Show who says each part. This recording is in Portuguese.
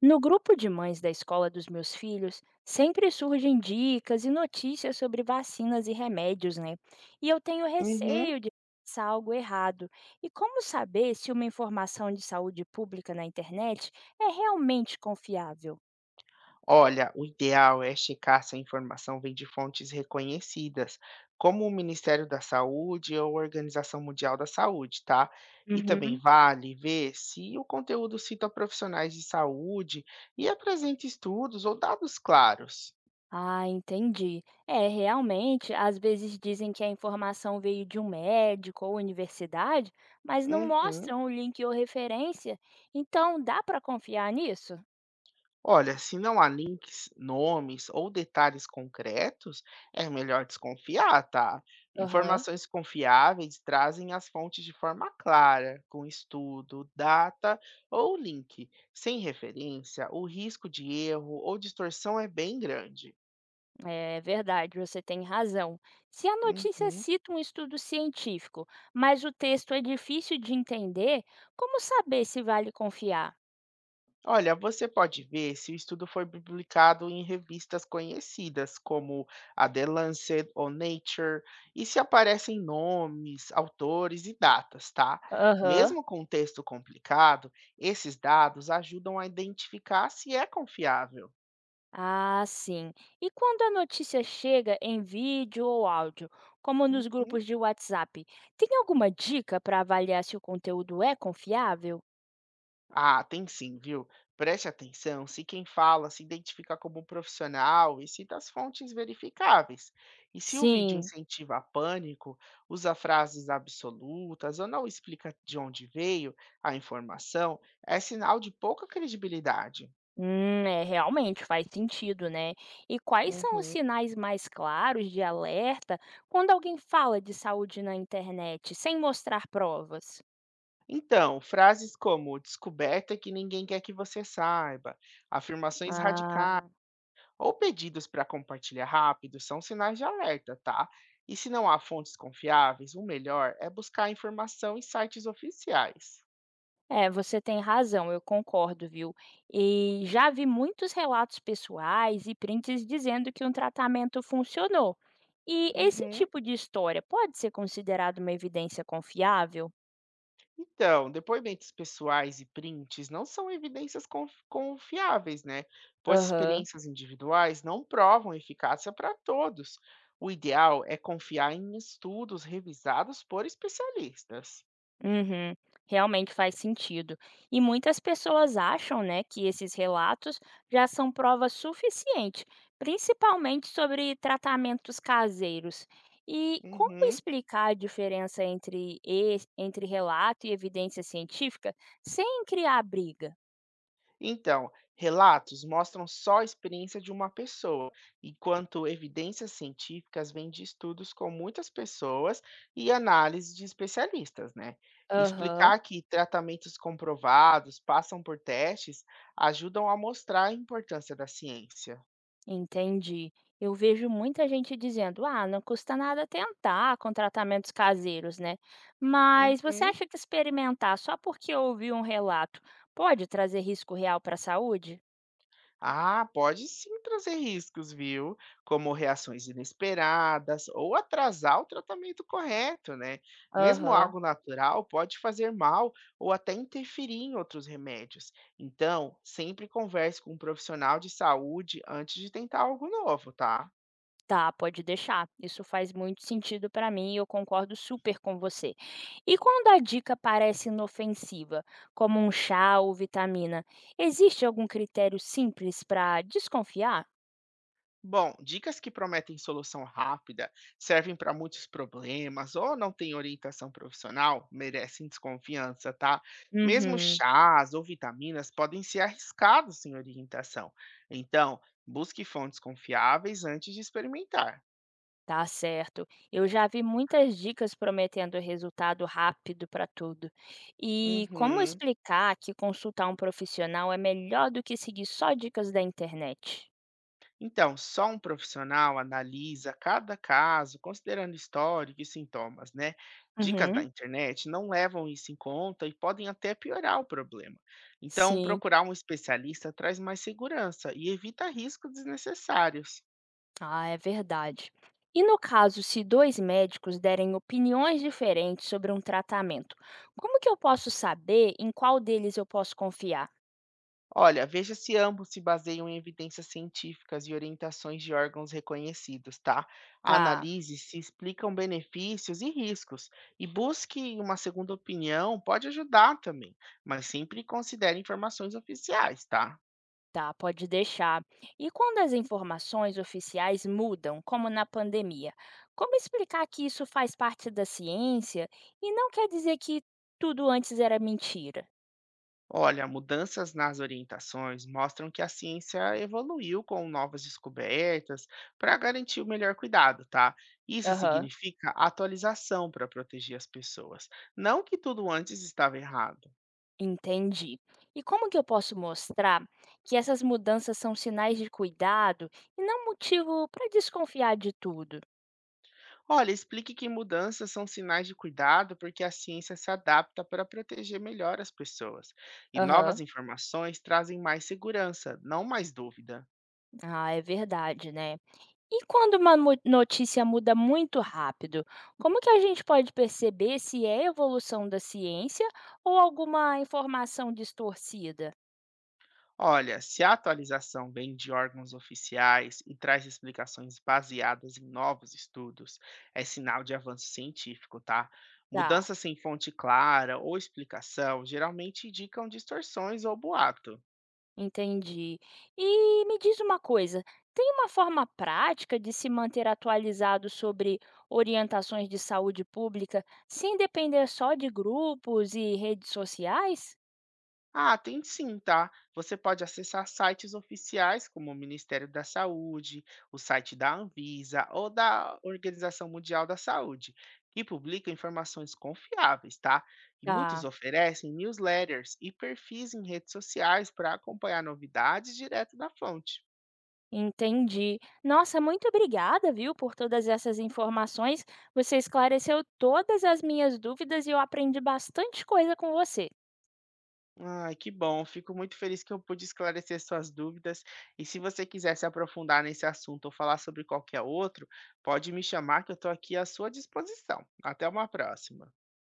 Speaker 1: No grupo de mães da escola dos meus filhos, sempre surgem dicas e notícias sobre vacinas e remédios, né? E eu tenho
Speaker 2: Uhum.
Speaker 1: receio de passar algo errado. E como saber se uma informação de saúde pública na internet é realmente confiável?
Speaker 2: Olha, o ideal é checar se a informação vem de fontes reconhecidas, como o Ministério da Saúde ou a Organização Mundial da Saúde, tá? E também
Speaker 1: Uhum.
Speaker 2: vale ver se o conteúdo cita profissionais de saúde e apresenta estudos ou dados claros.
Speaker 1: Ah, entendi. É, realmente, às vezes dizem que a informação veio de um médico ou universidade, mas não
Speaker 2: Uhum.
Speaker 1: mostram o link ou referência. Então, dá para confiar nisso?
Speaker 2: Olha, se não há links, nomes ou detalhes concretos, é melhor desconfiar, tá?
Speaker 1: Aham.
Speaker 2: Informações confiáveis trazem as fontes de forma clara, com estudo, data ou link. Sem referência, o risco de erro ou distorção é bem grande.
Speaker 1: É verdade, você tem razão. Se a notícia
Speaker 2: Uhum.
Speaker 1: cita um estudo científico, mas o texto é difícil de entender, como saber se vale confiar?
Speaker 2: Olha, você pode ver se o estudo foi publicado em revistas conhecidas, como a The Lancet ou Nature, e se aparecem nomes, autores e datas, tá?
Speaker 1: Aham.
Speaker 2: Mesmo com um texto complicado, esses dados ajudam a identificar se é confiável.
Speaker 1: Ah, sim. E quando a notícia chega em vídeo ou áudio, como nos
Speaker 2: Uhum.
Speaker 1: grupos de WhatsApp, tem alguma dica para avaliar se o conteúdo é confiável?
Speaker 2: Ah, tem sim, viu? Preste atenção se quem fala se identifica como um profissional e cita as fontes verificáveis. E se o vídeo
Speaker 1: Sim.
Speaker 2: incentiva pânico, usa frases absolutas ou não explica de onde veio a informação, é sinal de pouca credibilidade.
Speaker 1: É, realmente faz sentido, né? E quais são os
Speaker 2: Uhum.
Speaker 1: sinais mais claros de alerta quando alguém fala de saúde na internet sem mostrar provas?
Speaker 2: Então, frases como descoberta é que ninguém quer que você saiba, afirmações radicais
Speaker 1: Ah,
Speaker 2: ou pedidos para compartilhar rápido são sinais de alerta, tá? E se não há fontes confiáveis, o melhor é buscar informação em sites oficiais.
Speaker 1: é, você tem razão, eu concordo, viu? E já vi muitos relatos pessoais e prints dizendo que um tratamento funcionou. E esse
Speaker 2: Uhum.
Speaker 1: tipo de história pode ser considerado uma evidência confiável?
Speaker 2: Então, depoimentos pessoais e prints não são evidências confiáveis, né? Pois
Speaker 1: Aham.
Speaker 2: experiências individuais não provam eficácia para todos. O ideal é confiar em estudos revisados por especialistas.
Speaker 1: Uhum, realmente faz sentido. E muitas pessoas acham, né, que esses relatos já são prova suficiente, principalmente sobre tratamentos caseiros. E como
Speaker 2: Uhum.
Speaker 1: explicar a diferença entre, entre relato e evidência científica sem criar briga?
Speaker 2: Então, relatos mostram só a experiência de uma pessoa, enquanto evidências científicas vêm de estudos com muitas pessoas e análises de especialistas, né?
Speaker 1: Aham.
Speaker 2: Explicar que tratamentos comprovados passam por testes ajudam a mostrar a importância da ciência.
Speaker 1: Entendi. Eu vejo muita gente dizendo: ah, não custa nada tentar com tratamentos caseiros, né? Mas você
Speaker 2: Uhum.
Speaker 1: acha que experimentar só porque ouviu um relato pode trazer risco real para a saúde?
Speaker 2: Ah, pode sim trazer riscos, viu? Como reações inesperadas ou atrasar o tratamento correto, né? Mesmo
Speaker 1: Aham,
Speaker 2: algo natural pode fazer mal ou até interferir em outros remédios. Então, sempre converse com um profissional de saúde antes de tentar algo novo, tá?
Speaker 1: tá, pode deixar. Isso faz muito sentido para mim e eu concordo super com você. E quando a dica parece inofensiva, como um chá ou vitamina, existe algum critério simples para desconfiar?
Speaker 2: Bom, dicas que prometem solução rápida, servem para muitos problemas ou não têm orientação profissional, merecem desconfiança, tá? Mesmo
Speaker 1: Uhum.
Speaker 2: chás ou vitaminas podem ser arriscados sem orientação. Então, busque fontes confiáveis antes de experimentar.
Speaker 1: Tá certo. Eu já vi muitas dicas prometendo resultado rápido para tudo. E como
Speaker 2: Uhum.
Speaker 1: explicar que consultar um profissional é melhor do que seguir só dicas da internet?
Speaker 2: Então, só um profissional analisa cada caso, considerando histórico e sintomas, né? Dicas da
Speaker 1: Uhum,
Speaker 2: internet não levam isso em conta e podem até piorar o problema. Então,
Speaker 1: sim.
Speaker 2: procurar um especialista traz mais segurança e evita riscos desnecessários.
Speaker 1: Ah, é verdade. E no caso, se dois médicos derem opiniões diferentes sobre um tratamento, como que eu posso saber em qual deles eu posso confiar?
Speaker 2: Olha, veja se ambos se baseiam em evidências científicas e orientações de órgãos reconhecidos, tá?
Speaker 1: Tá.
Speaker 2: Analise se explicam benefícios e riscos e busque uma segunda opinião, pode ajudar também, mas sempre considere informações oficiais, tá?
Speaker 1: Tá, pode deixar. E quando as informações oficiais mudam, como na pandemia, como explicar que isso faz parte da ciência e não quer dizer que tudo antes era mentira?
Speaker 2: Olha, mudanças nas orientações mostram que a ciência evoluiu com novas descobertas para garantir o melhor cuidado, tá? Isso
Speaker 1: Aham,
Speaker 2: significa atualização para proteger as pessoas, não que tudo antes estava errado.
Speaker 1: entendi. E como que eu posso mostrar que essas mudanças são sinais de cuidado e não motivo para desconfiar de tudo?
Speaker 2: Olha, explique que mudanças são sinais de cuidado porque a ciência se adapta para proteger melhor as pessoas. E novas
Speaker 1: Aham,
Speaker 2: informações trazem mais segurança, não mais dúvida.
Speaker 1: ah, é verdade, né? E quando uma mu notícia muda muito rápido, como que a gente pode perceber se é evolução da ciência ou alguma informação distorcida?
Speaker 2: Olha, se a atualização vem de órgãos oficiais e traz explicações baseadas em novos estudos, é sinal de avanço científico, tá?
Speaker 1: Tá,
Speaker 2: Mudanças sem fonte clara ou explicação geralmente indicam distorções ou boatos.
Speaker 1: entendi. E me diz uma coisa, tem uma forma prática de se manter atualizado sobre orientações de saúde pública sem depender só de grupos e redes sociais?
Speaker 2: Ah, tem sim, tá? Você pode acessar sites oficiais como o Ministério da Saúde, o site da Anvisa ou da Organização Mundial da Saúde, que publicam informações confiáveis, tá? E muitos
Speaker 1: Tá.
Speaker 2: oferecem newsletters e perfis em redes sociais para acompanhar novidades direto da fonte.
Speaker 1: Entendi. Nossa, muito obrigada, viu, por todas essas informações. Você esclareceu todas as minhas dúvidas e eu aprendi bastante coisa com você.
Speaker 2: Ai, que bom. Fico muito feliz que eu pude esclarecer suas dúvidas. E se você quiser se aprofundar nesse assunto ou falar sobre qualquer outro, pode me chamar que eu estou aqui à sua disposição. Até uma próxima.